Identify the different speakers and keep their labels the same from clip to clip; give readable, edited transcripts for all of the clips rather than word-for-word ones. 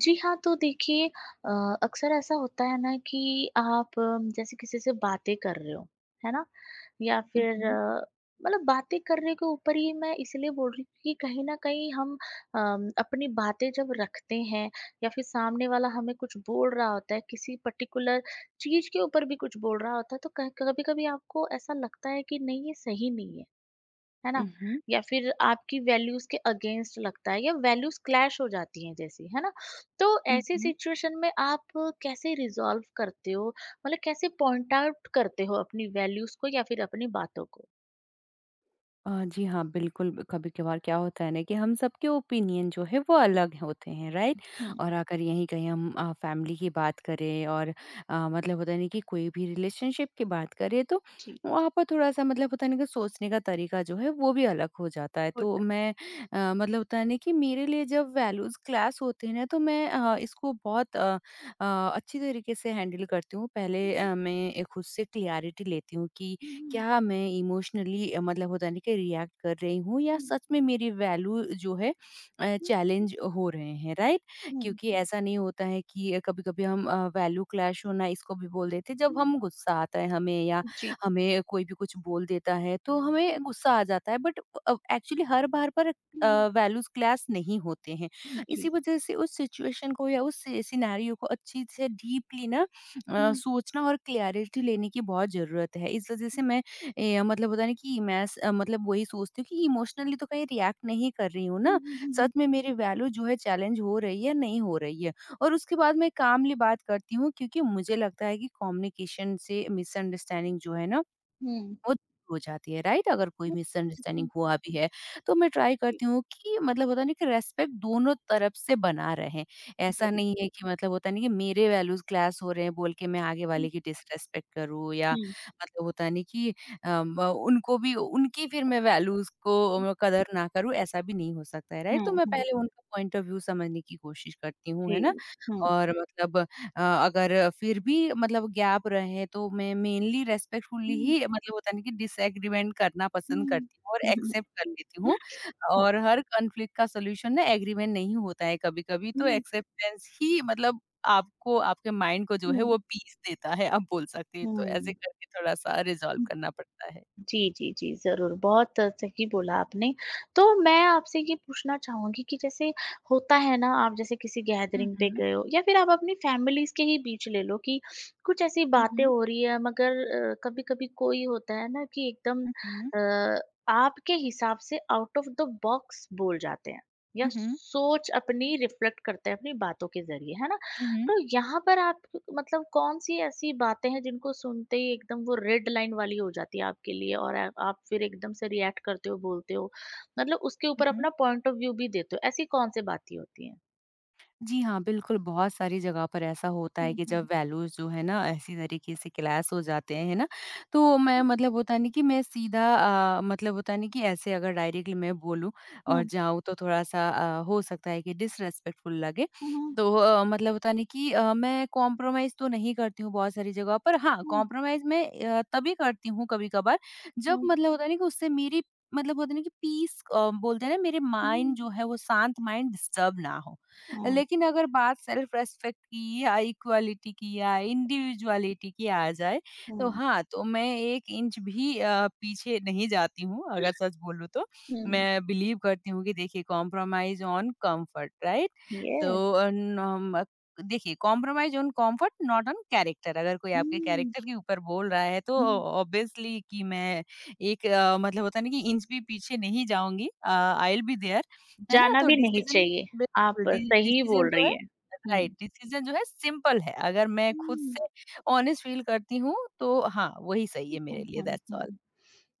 Speaker 1: जी हाँ, तो देखिए अक्सर ऐसा होता है ना कि आप जैसे किसी से बातें कर रहे हो, है ना? या फिर
Speaker 2: उहुँ,
Speaker 1: मतलब बातें करने के ऊपर ही मैं इसलिए बोल रही हूँ कि कहीं न कहीं हम अपनी बातें जब रखते हैं या फिर सामने वाला हमें कुछ बोल रहा होता है, किसी पर्टिकुलर चीज़ के ऊपर भी कुछ बोल रहा होता है, तो कह कभी-कभी आपको ऐसा लगता है कि नहीं, ये सही नहीं है। है ना?
Speaker 2: उहुँ,
Speaker 1: या फिर आपकी वैल्यूज़ के अगेंस्ट लगता है या वैल्यूज़ क्लैश हो जाती हैं जैसे, है ना? तो ऐसी
Speaker 2: उहुँ।
Speaker 1: सिचुएशन में आप कैसे रिज़ॉल्व करते हो? मतलब कैसे पॉइंट आउट करते हो अपनी वैल्यूज़ को या फिर अपनी बातों को?
Speaker 2: जी हाँ, बिल्कुल ब कभी-कभार क्या होता है ना कि हम सबके ओपिनियन जो है वो अलग होते हैं, राइट?
Speaker 1: हुँ,
Speaker 2: और अगर यहीं कहीं हम फैमिली की बात करें और मतलब होता है ना कि कोई भी रिलेशनशिप की बात करें तो
Speaker 1: जी।
Speaker 2: वहाँ पर थोड़ा-सा मतलब होता है ना कि सोचने का तरीका जो है वो भी अलग हो जाता है। तो
Speaker 1: होता
Speaker 2: मैं मतलब होता है ना कि मेरे लिए जब वैल्यूज़ क्लैश होते हैं ना तो मैं इसको बहुत अ, अच्छी तरीके से हैंडल करती हूँ। पहले
Speaker 1: हुँ, जी।
Speaker 2: मैं ए खुद से क्लैरिटी लेती हूँ कि क्या मैं इमोशनली मतलब होता है ना कि रिएक्ट कर रही हूँ या सच में मेरी वैल्यू जो है चैलेंज हो रहे हैं, राइट? क्योंकि ऐसा नहीं होता है कि कभी कभी हम वैल्यू क्लैश होना इसको भी बोल देते हैं। जब हम गुस्सा आता है हमें या
Speaker 1: जी।
Speaker 2: हमें कोई भी कुछ बोल देता है तो हमें गुस्सा आ जाता है, बट एक्चुअली हर बार पर
Speaker 1: हुँ।
Speaker 2: वैल्यूज क्लैश नहीं होते हैं। इसी
Speaker 1: जी,
Speaker 2: वजह से उस सिचुएशन को या उस सिनेरियो को अच्छी से डीपली ना सोचना और क्लैरिटी लेने की बहुत जरूरत है। इस वजह से मैं मतलब होता है ना कि मैं मतलब वही सोचती हूँ कि इमोशनली तो कहीं रिएक्ट नहीं कर रही हूँ ना, सच में मेरी वैल्यू जो है चैलेंज हो रही है, नहीं हो रही है। और उसके बाद मैं कामली बात करती हूँ क्योंकि मुझे लगता है कि कम्युनिकेशन से मिसअंडरस्टैंडिंग जो है ना वो दूर हो जाती है, राइट? अगर कोई मिसअंडरस्टैंडिंग हुआ भी है तो मैं ट्राई करती हूँ कि मतलब होता नहीं कि रेस्पेक्ट दोनों तरफ से बना रहे। ऐसा
Speaker 1: बराबर।
Speaker 2: नहीं है कि मतलब होता नहीं कि मेरे वैल्यूज क्लास हो रहे हैं बोल के मैं आगे
Speaker 1: हुँ,
Speaker 2: वाले की डिसरेस्पेक्ट करूँ या
Speaker 1: हुँ,
Speaker 2: मतलब होता नहीं कि उनको भी उनकी फिर मैं वैल्यूज को कदर ना करूँ, ऐसा भी नहीं हो सकता है, राइट? तो मैं
Speaker 1: हुँ,
Speaker 2: पहले उनका पॉइंट ऑफ व्यू समझने की कोशिश करती हूँ, है
Speaker 1: जी,
Speaker 2: ना?
Speaker 1: हुँ।
Speaker 2: और मतलब अगर फिर भी मतलब गैप रहे तो मैं मेनली रेस्पेक्टफुली ही मतलब होता है ना कि डिसएग्रीमेंट करना पसंद करती हूँ और एक्सेप्ट कर लेती हूँ।
Speaker 1: हुँ,
Speaker 2: और हर कॉन्फ्लिक्ट का सॉल्यूशन ना एग्रीमेंट नहीं होता है, कभी-कभी तो
Speaker 1: हुँ,
Speaker 2: एक्सेप्टेंस ही मतलब आपको आपके माइंड को जो है
Speaker 1: हुँ,
Speaker 2: वो पीस देता है, आप बोल सकते हैं। तो ऐसे
Speaker 1: हुँ।
Speaker 2: करके थोड़ा-सा रिज़ॉल्व
Speaker 1: हुँ,
Speaker 2: करना पड़ता है।
Speaker 1: जी, जी, जी, ज़रूर, बहुत सही बोला आपने। तो मैं आपसे ये पूछना चाहूँगी कि जैसे होता है ना, आप जैसे किसी
Speaker 2: हुँ,
Speaker 1: गैदरिंग पे
Speaker 2: हुँ।
Speaker 1: गए हो या फिर आप अपनी फैमिलीज़ के ही बीच ले लो कि कुछ ऐसी
Speaker 2: हुँ,
Speaker 1: बातें
Speaker 2: हुँ।
Speaker 1: हो रही है मगर कभी-कभी कोई होता है ना कि एकदम
Speaker 2: हुँ, हुँ।
Speaker 1: आपके हिसाब से आउट ऑफ द बॉक्स बोल जाते हैं या
Speaker 2: हुँ, हुँ।
Speaker 1: सोच अपनी रिफ्लेक्ट करते हैं अपनी बातों के ज़रिए, है ना?
Speaker 2: हुँ,
Speaker 1: तो यहाँ पर आप मतलब कौन-सी ऐसी बातें हैं जिनको सुनते ही एकदम वो रेड लाइन वाली हो जाती है आपके लिए और आप फिर एकदम से रिएक्ट करते हो, बोलते हो? मतलब उसके ऊपर
Speaker 2: हुँ।
Speaker 1: अपना पॉइंट ऑफ व्यू भी देते हो, ऐसी कौन-सी बातें होती हैं?
Speaker 2: जी हाँ, बिल्कुल, बहुत सारी जगह पर ऐसा होता
Speaker 1: हुँ,
Speaker 2: है कि
Speaker 1: हुँ,
Speaker 2: जब
Speaker 1: हुँ।
Speaker 2: वैल्यूज़ जो है ना, ऐसी तरीके से क्लैश हो जाते हैं, है ना? तो मैं
Speaker 1: हुँ,
Speaker 2: मतलब होता नहीं कि मैं सीधा मतलब होता नहीं कि ऐसे अगर डायरेक्टली मैं बोलूँ और
Speaker 1: हुँ,
Speaker 2: जाऊँ तो थोड़ा-सा हो सकता है कि डिसरेस्पेक्टफुल लगे।
Speaker 1: हुँ,
Speaker 2: तो मतलब होता नहीं कि मैं कॉम्प्रोमाइज़ तो नहीं करती हूँ बहुत सारी जगह पर। हाँ,
Speaker 1: हुँ,
Speaker 2: कॉम्प्रोमाइज़ मैं तभी करती हूँ कभी-कभार जब
Speaker 1: हुँ,
Speaker 2: मतलब होता है ना कि उससे मेरी मतलब होता है ना कि पीस बोलते हैं ना मेरे माइंड
Speaker 1: हुँ,
Speaker 2: जो है वो शांत माइंड डिस्टर्ब ना हो।
Speaker 1: हुँ,
Speaker 2: लेकिन अगर बात सेल्फ रेस्पेक्ट की या इक्वालिटी की या इंडिविजुअलिटी की आ जाए तो
Speaker 1: हुँ,
Speaker 2: हाँ, तो मैं 1 इंच भी पीछे नहीं जाती हूँ अगर सच बोलूँ तो।
Speaker 1: हुँ,
Speaker 2: मैं बिलीव करती हूँ कि देखिए compromise on comfort, right?
Speaker 1: Yes.
Speaker 2: तो अ, नम देखिए compromise on comfort not on character. अगर कोई आपके
Speaker 1: हुँ,
Speaker 2: कैरेक्टर के ऊपर बोल रहा है तो
Speaker 1: हुँ।
Speaker 2: ऑब्वियसली कि मैं एक मतलब होता है ना कि इंच भी पीछे नहीं जाऊंगी। आई विल बी देयर, है ना?
Speaker 1: जाना
Speaker 2: तो
Speaker 1: भी नहीं
Speaker 2: डिसीजन,
Speaker 1: चाहिए,
Speaker 2: बिल्कुल,
Speaker 1: आप सही
Speaker 2: डिसीजन
Speaker 1: बोल
Speaker 2: जो है,
Speaker 1: रही हैं। हुँ।
Speaker 2: राइट, डिसीजन जो है सिंपल है। अगर मैं खुद से ऑनेस्ट फील करती हूँ तो हाँ वही सही है मेरे
Speaker 1: हुँ।
Speaker 2: लिए, दैट्स ऑल।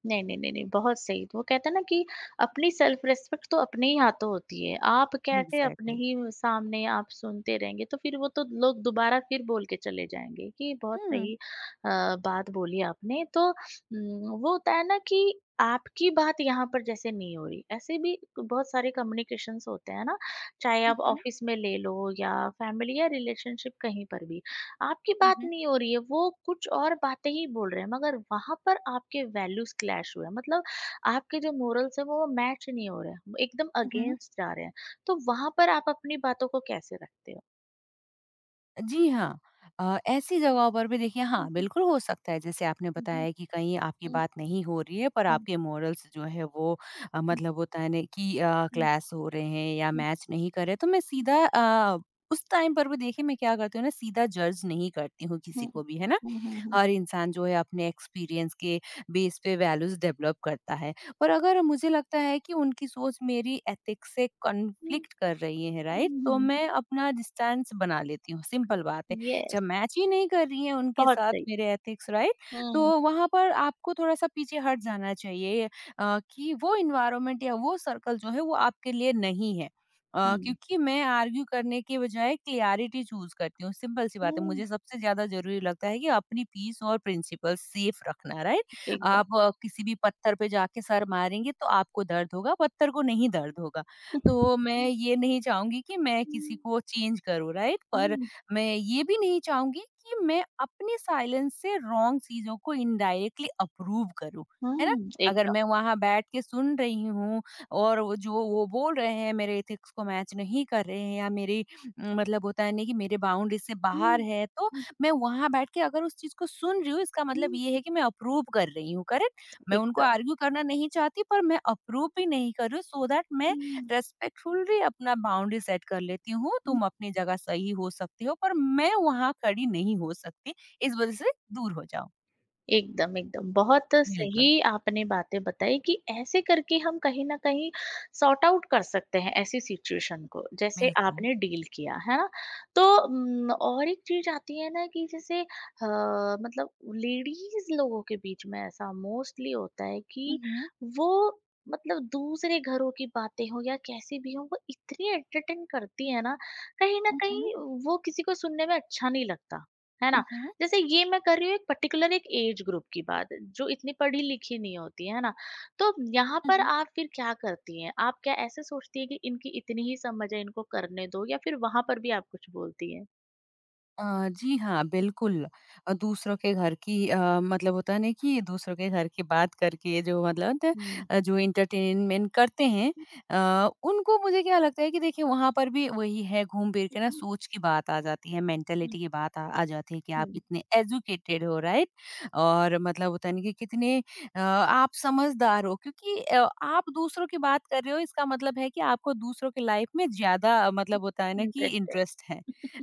Speaker 1: नहीं, नहीं, नहीं, नहीं, बहुत सही। तो वो कहते हैं ना कि अपनी सेल्फ रिस्पेक्ट तो अपने ही हाथों होती है। आप कैसे अपने
Speaker 2: एग्जैक्टली।
Speaker 1: ही सामने आप सुनते रहेंगे, तो फिर वो तो लोग दोबारा फिर बोल के चले जाएँगे कि बहुत
Speaker 2: हम्म।
Speaker 1: सही बात बोली आपने। तो वो होता है ना कि आपकी बात यहाँ पर जैसे नहीं हो रही, ऐसे भी बहुत सारे कम्युनिकेशंस होते हैं ना, चाहे आप
Speaker 2: हम्म।
Speaker 1: ऑफ़िस में ले लो या फैमिली या रिलेशनशिप कहीं पर भी। आपकी बात
Speaker 2: हम्म।
Speaker 1: नहीं हो रही है, वो कुछ और बातें ही बोल रहे हैं मगर वहाँ पर आपके वैल्यूज़ क्लैश हुए हैं। मतलब आपके जो मोरल्स हैं वो मैच नहीं हो रहे हैं, वो एकदम
Speaker 2: हम्म।
Speaker 1: अगेंस्ट जा रहे हैं। तो वहाँ पर आप अपनी बातों को कैसे रखते हो?
Speaker 2: जी हाँ। ऐसी जगहों पर भी देखिए,
Speaker 1: हुँ,
Speaker 2: हाँ,
Speaker 1: हुँ,
Speaker 2: बिल्कुल हो सकता है जैसे आपने
Speaker 1: हुँ,
Speaker 2: बताया कि कहीं आपकी
Speaker 1: हुँ,
Speaker 2: बात नहीं हो रही है पर
Speaker 1: हुँ,
Speaker 2: आपके मोरल्स जो है वो
Speaker 1: हुँ,
Speaker 2: मतलब होता है ना कि
Speaker 1: हुँ,
Speaker 2: क्लैश हो रहे हैं या
Speaker 1: हुँ,
Speaker 2: मैच नहीं कर रहे तो मैं सीधा उस टाइम पर भी देखिए मैं क्या करती हूँ ना, सीधा जज नहीं करती हूँ किसी
Speaker 1: हुँ,
Speaker 2: को भी, है ना?
Speaker 1: हुँ, हुँ, हुँ।
Speaker 2: हर इंसान जो है अपने एक्सपीरियंस के बेस पे वैल्यूज डेवलप करता है, पर अगर मुझे लगता है कि उनकी सोच मेरी एथिक्स से
Speaker 1: हुँ।
Speaker 2: कॉन्फ्लिक्ट कर रही है, राइट,
Speaker 1: हुँ,
Speaker 2: तो
Speaker 1: हुँ।
Speaker 2: मैं अपना डिस्टेंस बना लेती हूँ, सिंपल बात है। जब
Speaker 1: यस,
Speaker 2: मैच ही नहीं कर रही है उनके
Speaker 1: बहुत
Speaker 2: साथ
Speaker 1: सही।
Speaker 2: मेरे एथिक्स, राइट,
Speaker 1: हुँ,
Speaker 2: तो
Speaker 1: हुँ।
Speaker 2: वहां पर आपको थोड़ा सा पीछे हट जाना चाहिए, कि वो इन्वायरमेंट या वो सर्कल जो है वो आपके लिए नहीं है।
Speaker 1: हुँ,
Speaker 2: क्योंकि मैं आर्ग्यू करने के बजाय क्लियरिटी चूज करती हूँ, सिंपल सी बात है।
Speaker 1: हुँ,
Speaker 2: मुझे सबसे ज्यादा जरूरी लगता है कि अपनी पीस और प्रिंसिपल सेफ रखना, राइट?
Speaker 1: एकदम।
Speaker 2: आप किसी भी पत्थर पे जाके सर मारेंगे तो आपको दर्द होगा, पत्थर को नहीं दर्द होगा। तो मैं
Speaker 1: हुँ,
Speaker 2: ये नहीं चाहूंगी कि मैं
Speaker 1: हुँ,
Speaker 2: किसी को चेंज करूँ, राइट, पर
Speaker 1: हुँ,
Speaker 2: मैं ये भी नहीं चाहूंगी कि मैं अपनी साइलेंस से रॉन्ग चीजों को इनडायरेक्टली अप्रूव करूँ, है ना?
Speaker 1: हुँ,
Speaker 2: अगर मैं
Speaker 1: एकदम।
Speaker 2: वहां बैठ के सुन रही हूँ और वो जो वो बोल रहे हैं मेरे एथिक्स को मैच नहीं कर रहे हैं या मेरी मतलब होता है नहीं कि मेरे बाउंड्री से बाहर
Speaker 1: हुँ,
Speaker 2: है, तो
Speaker 1: हुँ,
Speaker 2: मैं वहाँ बैठ के अगर उस चीज़ को सुन रही हूँ इसका मतलब
Speaker 1: हुँ,
Speaker 2: ये है कि मैं अप्रूव कर रही हूँ, करेक्ट? मैं उनको
Speaker 1: एकदम।
Speaker 2: आर्ग्यू करना नहीं चाहती पर मैं अप्रूव भी नहीं कर रही हूँ, सो दैट मैं
Speaker 1: हुँ।
Speaker 2: रेस्पेक्टफुली अपना बाउंड्री सेट कर लेती हूँ। तुम अपनी जगह सही हो सकती हो पर मैं वहाँ खड़ी नहीं हो सकती, इस वजह से दूर हो जाओ।
Speaker 1: एकदम, एकदम। बहुत सही
Speaker 2: बिल्कुल।
Speaker 1: आपने बातें बताई कि ऐसे करके हम कहीं न कहीं सॉर्ट आउट कर सकते हैं ऐसी सिचुएशन को, जैसे
Speaker 2: बिल्कुल।
Speaker 1: आपने डील किया, है ना? तो और एक चीज़ आती है ना कि जैसे मतलब लेडीज़ लोगों के बीच में ऐसा मोस्टली होता है कि
Speaker 2: मम्, मम्,
Speaker 1: वो मतलब दूसरे घरों की बातें हों या कैसी भी हों, वो इतनी एंटरटेन करती हैं ना, कहीं न
Speaker 2: मम्,
Speaker 1: कहीं वो किसी को सुनने में अच्छा नहीं लगता, है ना?
Speaker 2: मम्,
Speaker 1: जैसे ये मैं कर रही हूँ एक पर्टिकुलर एक एज ग्रुप की बात जो इतनी पढ़ी लिखी नहीं होती है ना तो यहाँ पर
Speaker 2: मम्।
Speaker 1: आप फिर क्या करती हैं आप क्या ऐसे सोचती है कि इनकी इतनी ही समझ है इनको करने दो या फिर वहां पर भी आप कुछ बोलती हैं
Speaker 2: अ, जी हाँ, बिल्कुल। दूसरों के घर की मतलब होता है ना कि दूसरों के घर की बात करके जो मतलब होता है,
Speaker 1: हम्म
Speaker 2: जो एंटरटेनमेंट करते हैं, उनको मुझे क्या लगता है कि देखिए वहाँ पर भी वही है, घूम फिर के ना सोच की बात आ जाती है, मेंटालिटी की बात आ जाती है कि आप कितने एजुकेटेड हो, राइट? और मतलब होता है ना कि कितने आप समझदार हो क्योंकि आप दूसरों की बात कर रहे हो इसका मतलब है कि आपको दूसरों की लाइफ में ज़्यादा मतलब होता है ना कि
Speaker 1: इंटरेस्ट है
Speaker 2: इंटरेस्ट है,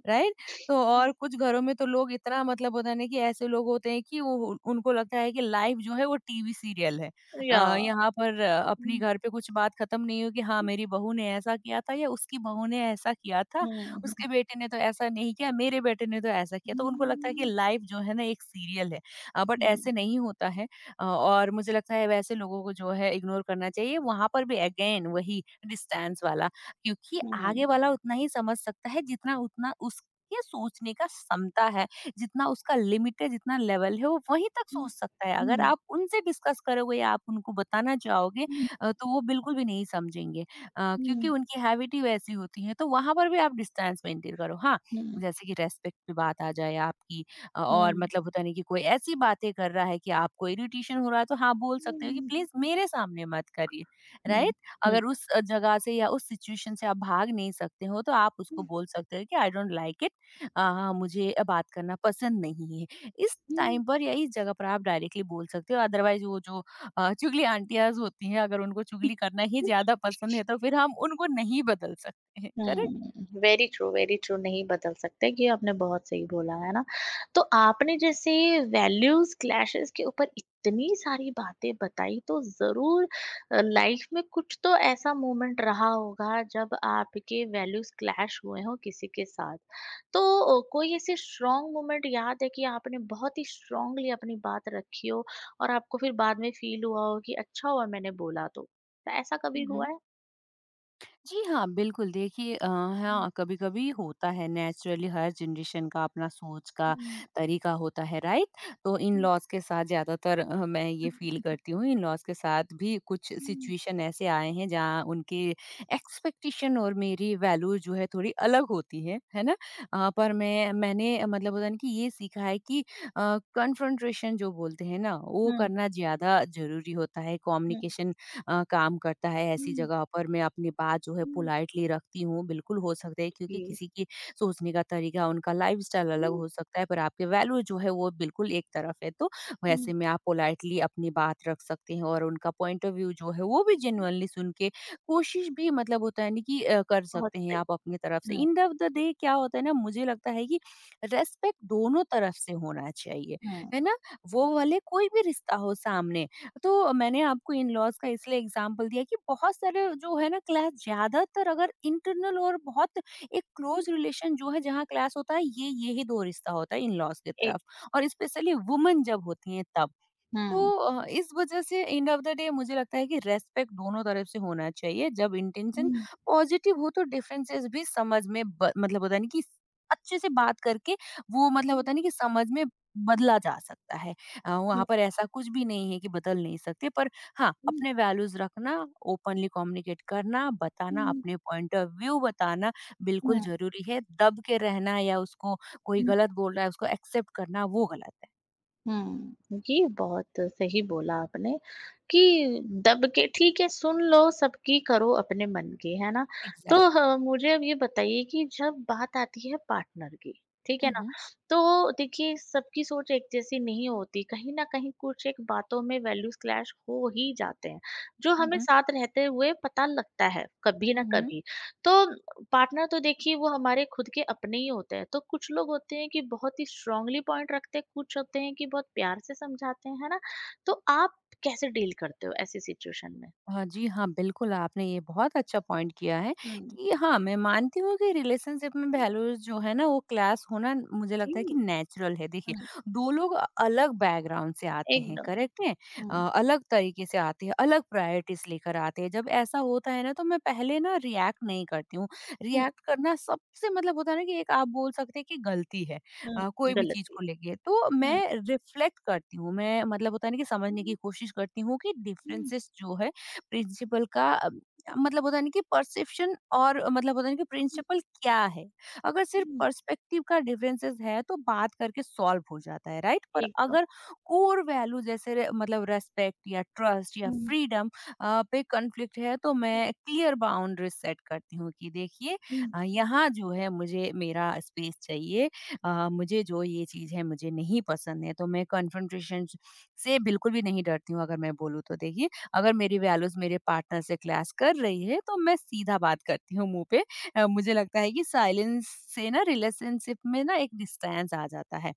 Speaker 2: राइट? तो और कुछ घरों में तो लोग इतना मतलब होता है ना कि ऐसे लोग होते हैं कि वो उनको लगता है कि लाइफ जो है वो टीवी सीरियल है।
Speaker 1: या
Speaker 2: यहाँ पर अपने
Speaker 1: हम्म,
Speaker 2: घर पे कुछ बात खत्म नहीं होगी। हाँ,
Speaker 1: हम्म,
Speaker 2: मेरी बहू ने ऐसा किया था या उसकी बहू ने ऐसा किया था,
Speaker 1: हम्म,
Speaker 2: उसके बेटे ने तो ऐसा नहीं किया, मेरे बेटे ने तो ऐसा किया। तो उनको लगता है कि
Speaker 1: हम्म,
Speaker 2: लाइफ जो है ना एक सीरियल है। बट
Speaker 1: हम्म,
Speaker 2: ऐसे नहीं होता है। और मुझे लगता है वैसे लोगों को जो है इग्नोर करना चाहिए। वहाँ पर भी अगेन वही डिस्टेंस वाला, क्योंकि
Speaker 1: हम्म,
Speaker 2: आगे वाला उतना ही समझ सकता है जितना, उतना उस ये सोचने का क्षमता है, जितना उसका लिमिट है, जितना लेवल है, वो वहीं तक
Speaker 1: हम्म,
Speaker 2: सोच सकता है। अगर
Speaker 1: हम्म,
Speaker 2: आप उनसे डिस्कस करोगे या आप उनको बताना चाहोगे तो वो बिल्कुल भी नहीं समझेंगे, क्योंकि
Speaker 1: हम्म,
Speaker 2: उनकी हैबिट ही वैसी होती है। तो वहां पर भी आप डिस्टेंस मेंटेन करो। हाँ, जैसे कि रेस्पेक्ट पे बात आ जाए आपकी, और
Speaker 1: हम्म,
Speaker 2: मतलब होता नहीं कि कोई ऐसी बातें कर रहा है कि आपको इरिटेशन हो रहा है तो हाँ बोल सकते हो कि
Speaker 1: हम्म,
Speaker 2: प्लीज मेरे सामने मत करिए, राइट?
Speaker 1: हम्म,
Speaker 2: अगर उस जगह से या उस सिचुएशन से आप भाग नहीं सकते हो तो आप उसको बोल सकते हो कि आई डोंट लाइक इट। मुझे बात करना पसंद नहीं है। इस
Speaker 1: हम्म,
Speaker 2: टाइम पर या इस जगह पर आप डायरेक्टली बोल सकते हो, अदरवाइज़ वो जो चुगली आंटियाज़ होती हैं, अगर उनको चुगली करना ही ज़्यादा पसंद है तो फिर हम उनको नहीं बदल सकते हैं।
Speaker 1: हुँ, वेरी ट्रू नहीं बदल सकते ये आपने बहुत सही बोला, है ना? तो आपने जैसे वैल्यूज़ क्लैशेज़ के ऊपर इतनी सारी बातें बताई तो ज़रूर लाइफ़ में कुछ तो ऐसा मोमेंट रहा होगा जब आपके वैल्यूज़ क्लैश हुए हों किसी के साथ। तो कोई ऐसे स्ट्रॉन्ग मोमेंट याद है कि आपने बहुत ही स्ट्रॉन्गली अपनी बात रखी हो और आपको फिर बाद में फ़ील हुआ हो कि अच्छा हुआ मैंने बोला तो? ऐसा कभी
Speaker 2: करेक्ट?
Speaker 1: हुआ है?
Speaker 2: जी हाँ, बिल्कुल, देखिए
Speaker 1: हुँ।
Speaker 2: हाँ, कभी-कभी होता है नेचुरली, हर जनरेशन का अपना सोच का
Speaker 1: हुँ,
Speaker 2: तरीका होता है, राइट? तो
Speaker 1: हुँ।
Speaker 2: इन-लॉज़ के साथ ज़्यादातर मैं ये फ़ील करती हूँ इन-लॉज़ के साथ भी कुछ
Speaker 1: Ừm,
Speaker 2: सिचुएशन ऐसे आए हैं जहाँ उनके एक्सपेक्टेशन और मेरी वैल्यू जो है थोड़ी अलग होती है ना? पर मैं मैंने अ, मतलब होता है ना कि ये सीखा है कि कन्फ्रंटेशन जो बोलते हैं ना, वो
Speaker 1: ừm,
Speaker 2: करना ज़्यादा ज़रूरी होता है,
Speaker 1: ừm,
Speaker 2: कम्युनिकेशन काम करता है ऐसी
Speaker 1: ừm,
Speaker 2: जगह पर मैं अपनी बात जो है
Speaker 1: ừm,
Speaker 2: पोलाइटली रखती हूँ। बिल्कुल हो सकता है क्योंकि
Speaker 1: hiểu.
Speaker 2: किसी की सोचने का तरीका, उनका लाइफस्टाइल अलग
Speaker 1: Ừm,
Speaker 2: हो सकता है, पर आपके वैल्यू जो है वो बिल्कुल एक तरफ है। तो
Speaker 1: ừm.
Speaker 2: वैसे में आप पोलाइटली अपनी बात रख सकते हैं और उनका पॉइंट ऑफ व्यू जो है वो भी जेन्युइनली सुन के कोशिश भी मतलब होता है ना कि अ, कर
Speaker 1: Ờ,
Speaker 2: सकते हैं
Speaker 1: tại
Speaker 2: आप अपनी तरफ से।
Speaker 1: ừm,
Speaker 2: end of the day क्या होता है ना, मुझे लगता है कि रेस्पेक्ट दोनों तरफ से होना चाहिए।
Speaker 1: ừm.
Speaker 2: है ना? वो वाले कोई भी रिश्ता हो सामने। तो मैंने आपको इन-लॉज़ का इसलिए एग्ज़ाम्पल दिया कि बहुत सारे जो है ना क्लास ज़्यादातर अगर इंटरनल और बहुत एक क्लोज़ रिलेशन जो है जहाँ क्लास होता है ये ही 2 रिश्ता होता है इन-लॉज़ की
Speaker 1: Ê,
Speaker 2: तरफ और स्पेशली वुमन जब होती हैं तब। तो
Speaker 1: ừm,
Speaker 2: इस वजह से एंड ऑफ द डे मुझे लगता है कि रेस्पेक्ट दोनों तरफ से होना चाहिए। जब इंटेंशन
Speaker 1: ừm,
Speaker 2: पॉजिटिव हो तो डिफरेंसेस भी समझ में ब मतलब होता है ना कि अच्छे से बात करके वो मतलब
Speaker 1: ừm,
Speaker 2: होता है ना कि समझ में बदला जा सकता है। वहाँ
Speaker 1: ừm,
Speaker 2: पर ऐसा कुछ भी नहीं है कि बदल नहीं सकते, पर हाँ,
Speaker 1: ừm,
Speaker 2: अपने वैल्यूज़ रखना, ओपनली कम्युनिकेट करना, बताना, अपने पॉइंट ऑफ व्यू बताना बिल्कुल
Speaker 1: ừm,
Speaker 2: ज़रूरी है। दब के रहना या उसको कोई
Speaker 1: ừm.
Speaker 2: गलत बोल रहा है उसको एक्सेप्ट करना, वो गलत है।
Speaker 1: हुँ, ये बहुत सही बोला आपने कि दब के ठीक है सुन लो सबकी करो अपने मन की, है ना? तो
Speaker 2: एग्ज़ैक्ट।
Speaker 1: ह मुझे अब ये बताइए कि जब बात आती है पार्टनर की, ठीक है
Speaker 2: हुँ,
Speaker 1: ना?
Speaker 2: हुँ।
Speaker 1: तो देखिए सबकी सोच एक जैसी नहीं होती, कहीं न कहीं कुछ एक बातों में वैल्यूज़ क्लैश हो ही जाते हैं, जो
Speaker 2: हुँ,
Speaker 1: हमें
Speaker 2: हुँ।
Speaker 1: साथ रहते हुए पता लगता है, कभी
Speaker 2: Hı
Speaker 1: ना
Speaker 2: hı.
Speaker 1: कभी। तो पार्टनर तो देखिए वो हमारे खुद के अपने ही होते हैं तो कुछ लोग होते हैं कि बहुत ही स्ट्रांगली पॉइंट रखते हैं कुछ होते हैं कि बहुत प्यार से समझाते हैं है ना तो आप कैसे डील करते हो ऐसी सिचुएशन में
Speaker 2: हाँ जी, हाँ, बिल्कुल आपने ये बहुत अच्छा पॉइंट किया है
Speaker 1: हम्म
Speaker 2: कि हाँ, मैं मानती हूँ कि रिलेशनशिप में वैल्यूज़ जो है ना वो क्लैश होना मुझे
Speaker 1: जी
Speaker 2: लगता है कि नेचुरल है। देखिए
Speaker 1: हम्म
Speaker 2: 2 लोग अलग बैकग्राउंड से आते हैं,
Speaker 1: एकदम
Speaker 2: करेक्ट है?
Speaker 1: हम्म
Speaker 2: अलग तरीके से आते हैं, अलग प्रायोरिटीज़ लेकर आते हैं। जब ऐसा होता है ना तो मैं पहले ना रिएक्ट नहीं करती हूँ।
Speaker 1: हम्म
Speaker 2: रिएक्ट करना सबसे मतलब होता है ना कि एक आप बोल सकते हैं कि गलती है कोई भी चीज़
Speaker 1: गलती
Speaker 2: को लेके। तो
Speaker 1: हम्म
Speaker 2: मैं रिफ्लेक्ट करती हूँ, मैं मतलब होता है ना कि समझने की
Speaker 1: हम्म
Speaker 2: कोशिश करती हूँ कि
Speaker 1: हम्म
Speaker 2: डिफरेंसेस जो है प्रिंसिपल का अ, मतलब होता है ना कि परसेप्शन और अ, मतलब होता है ना कि
Speaker 1: हम्म
Speaker 2: प्रिंसिपल क्या है। अगर सिर्फ
Speaker 1: हम्म।
Speaker 2: पर्सपेक्टिव का डिफरेंसेस है तो बात करके सॉल्व हो जाता है, राइट। पर
Speaker 1: एकदम
Speaker 2: अगर कोर वैल्यू जैसे रे- मतलब रेस्पेक्ट या ट्रस्ट या
Speaker 1: हम्म,
Speaker 2: फ्रीडम पे कॉन्फ्लिक्ट है तो
Speaker 1: हम्म,
Speaker 2: मैं क्लियर बाउंड्री सेट करती हूँ कि देखिए,
Speaker 1: हम्म,
Speaker 2: यहाँ जो है मुझे मेरा स्पेस चाहिए। मुझे जो ये चीज है मुझे नहीं पसंद है, तो मैं कन्फ्रंटेशन से बिल्कुल भी नहीं डरती हूँ। अगर मैं बोलूँ तो देखिए, अगर मेरी वैल्यूज़ मेरे पार्टनर से क्लैश कर रही है तो मैं सीधा बात करती हूँ मुँह पे। मुझे लगता है कि साइलेंस से ना रिलेशनशिप में ना एक डिस्टेंस आ जाता है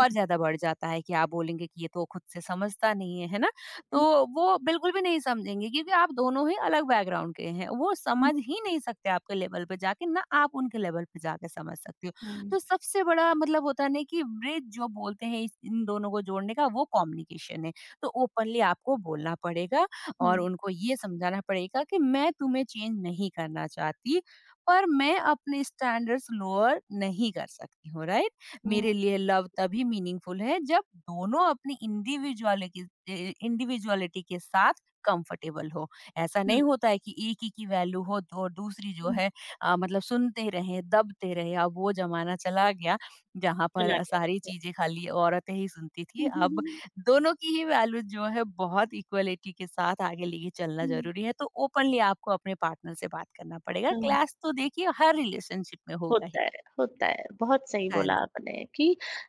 Speaker 2: और ज़्यादा बढ़ जाता है कि आप बोलेंगे कि ये तो खुद से समझता नहीं है, है ना? तो
Speaker 1: हम्म,
Speaker 2: वो बिल्कुल भी नहीं समझेंगे क्योंकि आप दोनों ही अलग बैकग्राउंड के हैं। वो समझ ही नहीं सकते आपके लेवल पे जाके, ना आप उनके लेवल पे जाके समझ सकते हो।
Speaker 1: हम्म,
Speaker 2: तो सबसे बड़ा मतलब होता है ना कि ब्रिज जो बोलते हैं इस इन दोनों को जोड़ने का वो कम्युनिकेशन है। तो ओपनली आपको बोलना पड़ेगा और
Speaker 1: हम्म,
Speaker 2: उनको ये समझाना पड़ेगा कि मैं तुम्हें चेंज नहीं करना चाहती, पर मैं अपने स्टैंडर्ड्स लोअर नहीं कर सकती हूँ, राइट। मेरे लिए लव तभी मीनिंगफुल है जब दोनों अपनी इंडिविजुअलिटी इंडिविजुअलिटी के साथ कंफर्टेबल हो। ऐसा
Speaker 1: हम्म,
Speaker 2: नहीं होता है कि एक ही की वैल्यू हो तो और दूसरी जो
Speaker 1: हम्म,
Speaker 2: है सुनते रहे दबते रहे। अब वो जमाना चला गया जहाँ पर
Speaker 1: चला गया
Speaker 2: सारी
Speaker 1: एकदम
Speaker 2: चीजें खाली औरतें ही सुनती थी।
Speaker 1: हम्म, हम्म,
Speaker 2: अब
Speaker 1: हम्म,
Speaker 2: दोनों की ही वैल्यू जो है बहुत इक्वलिटी के साथ आगे लेके चलना
Speaker 1: हम्म।
Speaker 2: जरूरी है। तो ओपनली आपको अपने पार्टनर से बात करना पड़ेगा।
Speaker 1: हम्म,
Speaker 2: क्लैश तो देखिए हर रिलेशनशिप में होगा ही।
Speaker 1: होता है, होता है। बहुत सही
Speaker 2: हाँ जी।
Speaker 1: बोला आपने कि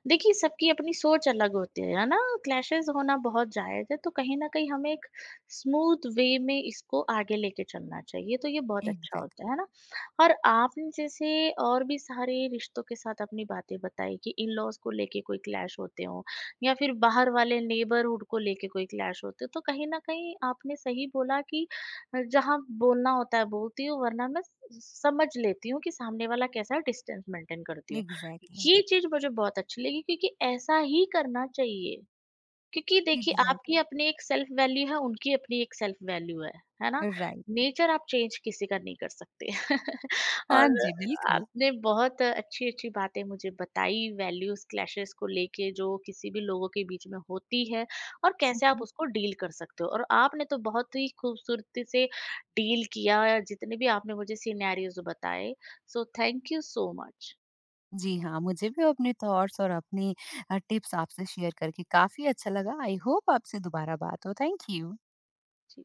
Speaker 1: देखिए सबकी अपनी सोच अलग होती है ना? क्लैशेज़ होना बहुत जायज़ है, तो कहीं न कहीं हमें एक स्मूथ वे में इसको आगे लेके चलना चाहिए, तो ये बहुत अच्छा
Speaker 2: एग्जैक्टली।
Speaker 1: होता है ना? और आपने जैसे और भी सारे रिश्तों के साथ अपनी बातें बताई कि इन-लॉज़ को लेके कोई क्लैश होते हों या फिर बाहर वाले नेबरहुड को लेके कोई क्लैश होते हो, तो कहीं न कहीं आपने सही बोला कि जहाँ बोलना होता है बोलती हूँ वरना मैं स समझ लेती हूँ कि सामने वाला कैसा है डिस्टेंस मेंटेन करती हूँ।
Speaker 2: एग्जैक्टली।
Speaker 1: ये चीज़ मुझे बहुत अच्छी लगी क्योंकि ऐसा ही करना चाहिए। क्योंकि देखिए आपकी
Speaker 2: एग्जैक्टली।
Speaker 1: अपनी एक सेल्फ वैल्यू है उनकी अपनी एक सेल्फ वैल्यू है ना
Speaker 2: राइट।
Speaker 1: नेचर आप चेंज किसी का नहीं कर सकते
Speaker 2: हाँ
Speaker 1: और
Speaker 2: जी बिल्कुल।
Speaker 1: आपने बहुत अच्छी अच्छी बातें मुझे बताई वैल्यूज क्लैशेस को लेके जो किसी भी लोगों के बीच में होती है और कैसे आप
Speaker 2: मम्म।
Speaker 1: उसको डील कर सकते हो और आपने तो बहुत ही खूबसूरती से डील किया जितने भी आपने मुझे सिनेरियोज बताए so thank you so much
Speaker 2: जी हाँ, मुझे भी अपने थॉट्स और अपनी टिप्स आपसे शेयर करके काफी अच्छा लगा। आई होप आपसे दोबारा बात हो। Thank you.
Speaker 1: जी।